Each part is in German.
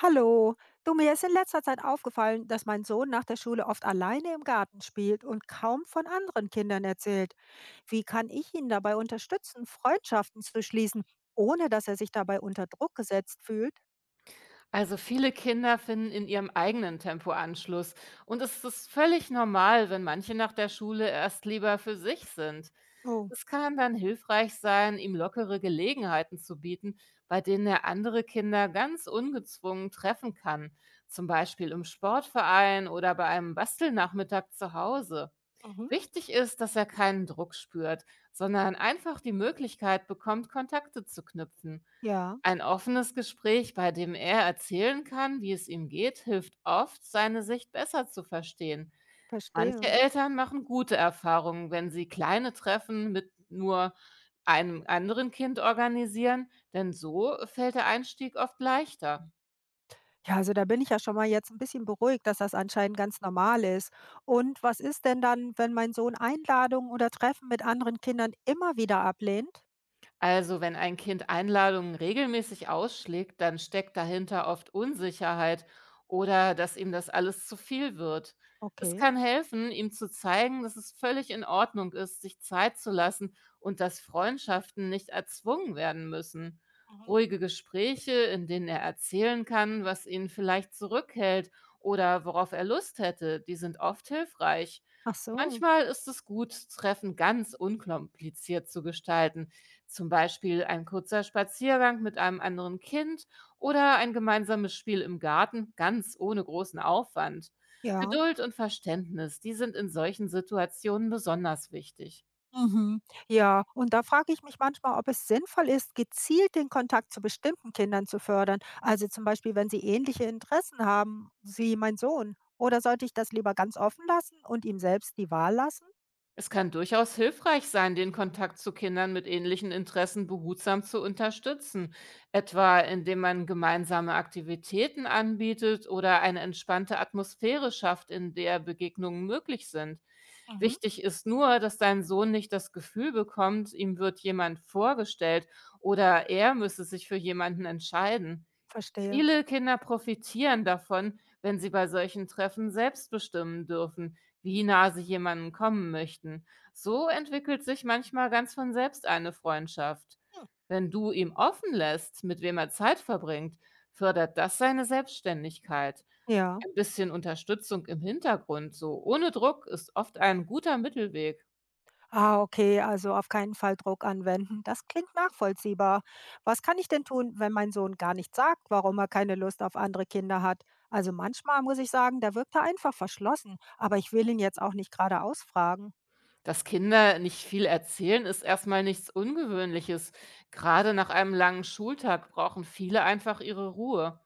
Hallo, du mir ist in letzter Zeit aufgefallen, dass mein Sohn nach der Schule oft alleine im Garten spielt und kaum von anderen Kindern erzählt. Wie kann ich ihn dabei unterstützen, Freundschaften zu schließen, ohne dass er sich dabei unter Druck gesetzt fühlt? Also viele Kinder finden in ihrem eigenen Tempo Anschluss. Und es ist völlig normal, wenn manche nach der Schule erst lieber für sich sind. Oh, Es kann dann hilfreich sein, ihm lockere Gelegenheiten zu bieten, bei denen er andere Kinder ganz ungezwungen treffen kann. Zum Beispiel im Sportverein oder bei einem Bastelnachmittag zu Hause. mhm. Wichtig ist, dass er keinen Druck spürt, sondern einfach die Möglichkeit bekommt, Kontakte zu knüpfen. Ja, Ein offenes Gespräch, bei dem er erzählen kann, wie es ihm geht, hilft oft, seine Sicht besser zu verstehen. Manche verstehe. Eltern machen gute Erfahrungen, wenn sie kleine Treffen mit nur einem anderen Kind organisieren, denn so fällt der Einstieg oft leichter. Ja, also da bin ich ja schon mal jetzt ein bisschen beruhigt, dass das anscheinend ganz normal ist. Und was ist denn dann, wenn mein Sohn Einladungen oder Treffen mit anderen Kindern immer wieder ablehnt? Also, wenn ein Kind Einladungen regelmäßig ausschlägt, dann steckt dahinter oft Unsicherheit oder dass ihm das alles zu viel wird. Es Okay. kann helfen, ihm zu zeigen, dass es völlig in Ordnung ist, sich Zeit zu lassen und dass Freundschaften nicht erzwungen werden müssen. Mhm. Ruhige Gespräche, in denen er erzählen kann, was ihn vielleicht zurückhält oder worauf er Lust hätte, die sind oft hilfreich. Ach so, Manchmal ist es gut, Treffen ganz unkompliziert zu gestalten, zum Beispiel ein kurzer Spaziergang mit einem anderen Kind oder ein gemeinsames Spiel im Garten, ganz ohne großen Aufwand. ja. Geduld und Verständnis, die sind in solchen Situationen besonders wichtig. Mhm. Ja, und da frage ich mich manchmal, ob es sinnvoll ist, gezielt den Kontakt zu bestimmten Kindern zu fördern. Also zum Beispiel, wenn sie ähnliche Interessen haben wie mein Sohn. Oder sollte ich das lieber ganz offen lassen und ihm selbst die Wahl lassen? Es kann durchaus hilfreich sein, den Kontakt zu Kindern mit ähnlichen Interessen behutsam zu unterstützen, etwa indem man gemeinsame Aktivitäten anbietet oder eine entspannte Atmosphäre schafft, in der Begegnungen möglich sind. Mhm. Wichtig ist nur, dass dein Sohn nicht das Gefühl bekommt, ihm wird jemand vorgestellt oder er müsse sich für jemanden entscheiden. Verstehe. Viele Kinder profitieren davon, wenn sie bei solchen Treffen selbst bestimmen dürfen, wie nah sie jemanden kommen möchten. So entwickelt sich manchmal ganz von selbst eine Freundschaft. Hm. Wenn du ihm offen lässt, mit wem er Zeit verbringt, fördert das seine Selbstständigkeit. Ja. Ein bisschen Unterstützung im Hintergrund, so ohne Druck, ist oft ein guter Mittelweg. Ah, okay, also auf keinen Fall Druck anwenden. Das klingt nachvollziehbar. Was kann ich denn tun, wenn mein Sohn gar nicht sagt, warum er keine Lust auf andere Kinder hat? Also manchmal muss ich sagen, da wirkt er einfach verschlossen, aber ich will ihn jetzt auch nicht gerade ausfragen. Dass Kinder nicht viel erzählen, ist erstmal nichts Ungewöhnliches. Gerade nach einem langen Schultag brauchen viele einfach ihre Ruhe.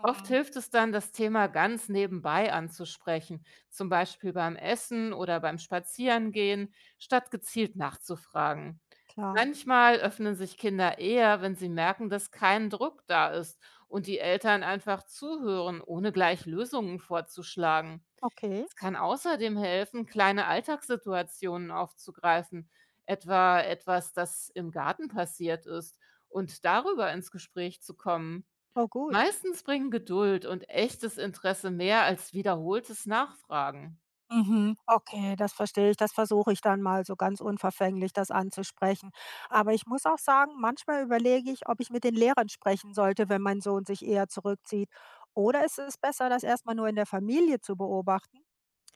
Oft hilft es dann, das Thema ganz nebenbei anzusprechen, zum Beispiel beim Essen oder beim Spazierengehen, statt gezielt nachzufragen. klar. Manchmal öffnen sich Kinder eher, wenn sie merken, dass kein Druck da ist und die Eltern einfach zuhören, ohne gleich Lösungen vorzuschlagen. Okay. Es kann außerdem helfen, kleine Alltagssituationen aufzugreifen, etwa etwas, das im Garten passiert ist, und darüber ins Gespräch zu kommen. Oh, gut. Meistens bringen Geduld und echtes Interesse mehr als wiederholtes Nachfragen. Mhm. Okay, das verstehe ich. Das versuche ich dann mal so ganz unverfänglich, das anzusprechen. Aber ich muss auch sagen, manchmal überlege ich, ob ich mit den Lehrern sprechen sollte, wenn mein Sohn sich eher zurückzieht. Oder ist es besser, das erstmal nur in der Familie zu beobachten?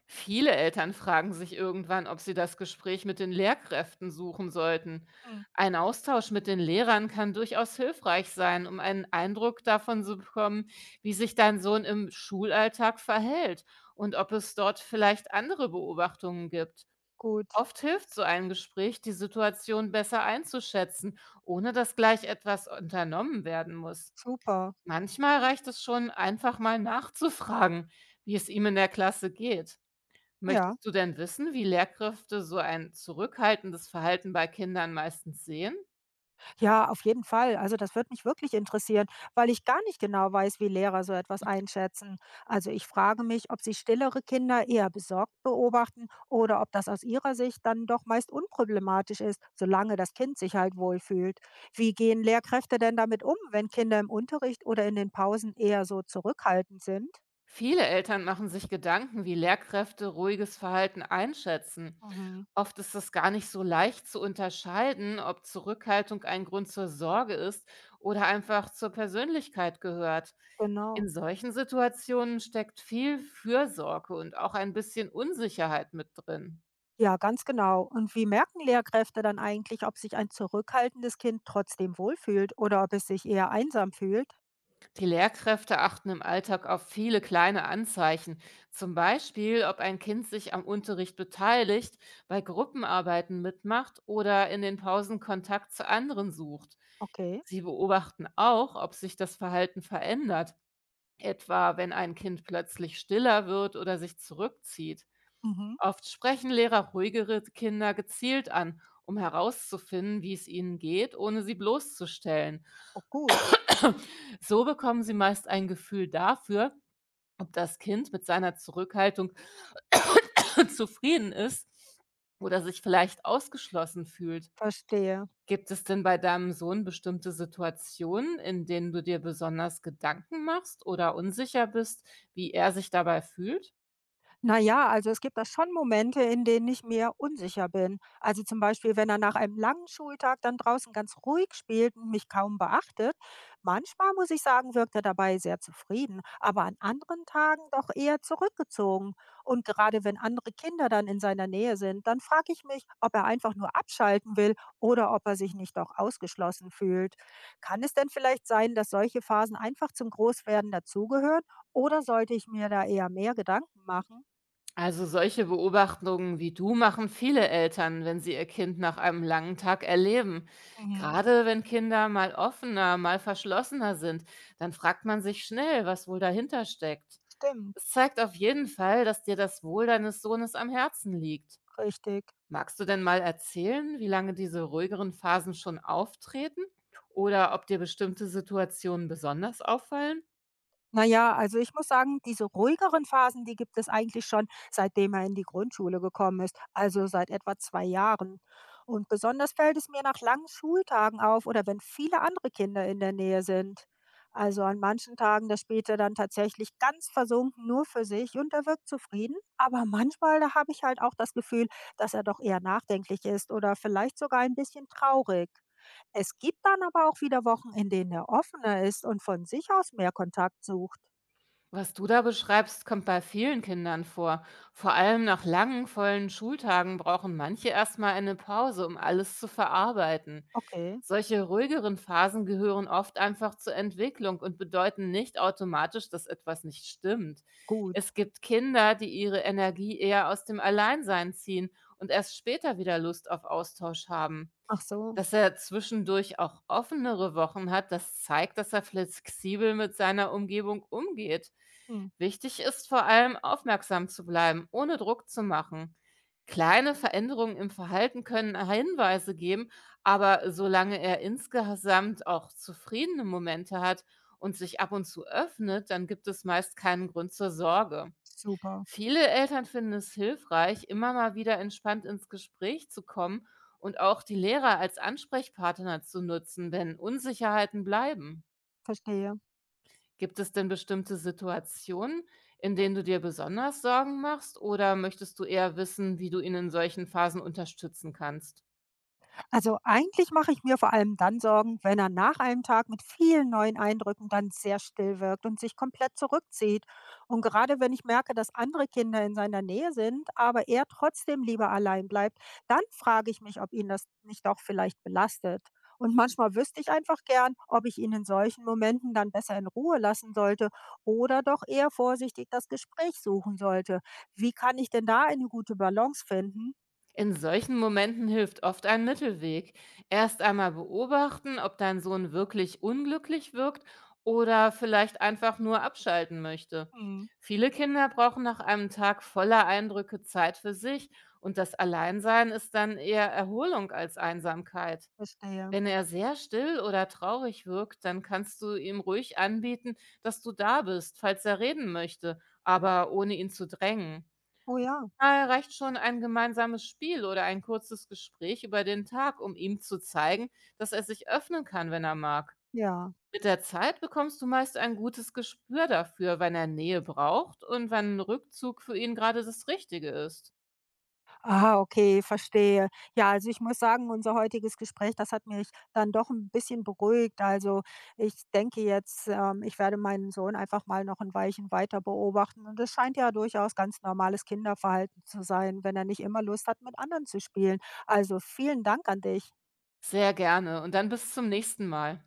Viele Eltern fragen sich irgendwann, ob sie das Gespräch mit den Lehrkräften suchen sollten. Hm, Ein Austausch mit den Lehrern kann durchaus hilfreich sein, um einen Eindruck davon zu bekommen, wie sich dein Sohn im Schulalltag verhält und ob es dort vielleicht andere Beobachtungen gibt. gut, Oft hilft so ein Gespräch, die Situation besser einzuschätzen, ohne dass gleich etwas unternommen werden muss. super. Manchmal reicht es schon, einfach mal nachzufragen, wie es ihm in der Klasse geht. Ja. Möchtest du denn wissen, wie Lehrkräfte so ein zurückhaltendes Verhalten bei Kindern meistens sehen? Ja, auf jeden Fall. Also das würde mich wirklich interessieren, weil ich gar nicht genau weiß, wie Lehrer so etwas einschätzen. Also ich frage mich, ob sie stillere Kinder eher besorgt beobachten oder ob das aus ihrer Sicht dann doch meist unproblematisch ist, solange das Kind sich halt wohlfühlt. Wie gehen Lehrkräfte denn damit um, wenn Kinder im Unterricht oder in den Pausen eher so zurückhaltend sind? Viele Eltern machen sich Gedanken, wie Lehrkräfte ruhiges Verhalten einschätzen. Mhm. Oft ist es gar nicht so leicht zu unterscheiden, ob Zurückhaltung ein Grund zur Sorge ist oder einfach zur Persönlichkeit gehört. Genau. In solchen Situationen steckt viel Fürsorge und auch ein bisschen Unsicherheit mit drin. Ja, ganz genau. Und wie merken Lehrkräfte dann eigentlich, ob sich ein zurückhaltendes Kind trotzdem wohlfühlt oder ob es sich eher einsam fühlt? Die Lehrkräfte achten im Alltag auf viele kleine Anzeichen, zum Beispiel, ob ein Kind sich am Unterricht beteiligt, bei Gruppenarbeiten mitmacht oder in den Pausen Kontakt zu anderen sucht. Okay. Sie beobachten auch, ob sich das Verhalten verändert, etwa wenn ein Kind plötzlich stiller wird oder sich zurückzieht. Mhm. Oft sprechen Lehrer ruhigere Kinder gezielt an, um herauszufinden, wie es ihnen geht, ohne sie bloßzustellen. Oh, gut, So bekommen sie meist ein Gefühl dafür, ob das Kind mit seiner Zurückhaltung zufrieden ist oder sich vielleicht ausgeschlossen fühlt. verstehe. Gibt es denn bei deinem Sohn bestimmte Situationen, in denen du dir besonders Gedanken machst oder unsicher bist, wie er sich dabei fühlt? Na ja, also es gibt da schon Momente, in denen ich mir unsicher bin. Also zum Beispiel, wenn er nach einem langen Schultag dann draußen ganz ruhig spielt und mich kaum beachtet. Manchmal, muss ich sagen, wirkt er dabei sehr zufrieden, aber an anderen Tagen doch eher zurückgezogen. Und gerade wenn andere Kinder dann in seiner Nähe sind, dann frage ich mich, ob er einfach nur abschalten will oder ob er sich nicht doch ausgeschlossen fühlt. Kann es denn vielleicht sein, dass solche Phasen einfach zum Großwerden dazugehören? Oder sollte ich mir da eher mehr Gedanken machen? Also solche Beobachtungen wie du machen viele Eltern, wenn sie ihr Kind nach einem langen Tag erleben. Mhm. Gerade wenn Kinder mal offener, mal verschlossener sind, dann fragt man sich schnell, was wohl dahinter steckt. Stimmt, Es zeigt auf jeden Fall, dass dir das Wohl deines Sohnes am Herzen liegt. richtig. Magst du denn mal erzählen, wie lange diese ruhigeren Phasen schon auftreten oder ob dir bestimmte Situationen besonders auffallen? Na ja, also ich muss sagen, diese ruhigeren Phasen, die gibt es eigentlich schon, seitdem er in die Grundschule gekommen ist, also seit etwa 2 Jahren. Und besonders fällt es mir nach langen Schultagen auf oder wenn viele andere Kinder in der Nähe sind. Also an manchen Tagen, da spielt er dann tatsächlich ganz versunken nur für sich und er wirkt zufrieden. Aber manchmal, da habe ich halt auch das Gefühl, dass er doch eher nachdenklich ist oder vielleicht sogar ein bisschen traurig. Es gibt dann aber auch wieder Wochen, in denen er offener ist und von sich aus mehr Kontakt sucht. Was du da beschreibst, kommt bei vielen Kindern vor. Vor allem nach langen, vollen Schultagen brauchen manche erstmal eine Pause, um alles zu verarbeiten. Okay, Solche ruhigeren Phasen gehören oft einfach zur Entwicklung und bedeuten nicht automatisch, dass etwas nicht stimmt. gut. Es gibt Kinder, die ihre Energie eher aus dem Alleinsein ziehen und erst später wieder Lust auf Austausch haben. Ach so, Dass er zwischendurch auch offenere Wochen hat, das zeigt, dass er flexibel mit seiner Umgebung umgeht. hm, Wichtig ist vor allem, aufmerksam zu bleiben, ohne Druck zu machen. Kleine Veränderungen im Verhalten können Hinweise geben, aber solange er insgesamt auch zufriedene Momente hat und sich ab und zu öffnet, dann gibt es meist keinen Grund zur Sorge. super, Viele Eltern finden es hilfreich, immer mal wieder entspannt ins Gespräch zu kommen und auch die Lehrer als Ansprechpartner zu nutzen, wenn Unsicherheiten bleiben. verstehe. Gibt es denn bestimmte Situationen, in denen du dir besonders Sorgen machst oder möchtest du eher wissen, wie du ihn in solchen Phasen unterstützen kannst? Also eigentlich mache ich mir vor allem dann Sorgen, wenn er nach einem Tag mit vielen neuen Eindrücken dann sehr still wirkt und sich komplett zurückzieht. Und gerade wenn ich merke, dass andere Kinder in seiner Nähe sind, aber er trotzdem lieber allein bleibt, dann frage ich mich, ob ihn das nicht auch vielleicht belastet. Und manchmal wüsste ich einfach gern, ob ich ihn in solchen Momenten dann besser in Ruhe lassen sollte oder doch eher vorsichtig das Gespräch suchen sollte. Wie kann ich denn da eine gute Balance finden? In solchen Momenten hilft oft ein Mittelweg. Erst einmal beobachten, ob dein Sohn wirklich unglücklich wirkt oder vielleicht einfach nur abschalten möchte. Hm, Viele Kinder brauchen nach einem Tag voller Eindrücke Zeit für sich und das Alleinsein ist dann eher Erholung als Einsamkeit. verstehe. Wenn er sehr still oder traurig wirkt, dann kannst du ihm ruhig anbieten, dass du da bist, falls er reden möchte, aber ohne ihn zu drängen. Oh ja, Manchmal reicht schon ein gemeinsames Spiel oder ein kurzes Gespräch über den Tag, um ihm zu zeigen, dass er sich öffnen kann, wenn er mag. ja. Mit der Zeit bekommst du meist ein gutes Gespür dafür, wann er Nähe braucht und wann ein Rückzug für ihn gerade das Richtige ist. Ah, okay, verstehe. Ja, also ich muss sagen, unser heutiges Gespräch, das hat mich dann doch ein bisschen beruhigt. Also, ich denke jetzt, ich werde meinen Sohn einfach mal noch ein Weilchen weiter beobachten und das scheint ja durchaus ganz normales Kinderverhalten zu sein, wenn er nicht immer Lust hat, mit anderen zu spielen. Also, vielen Dank an dich. Sehr gerne und dann bis zum nächsten Mal.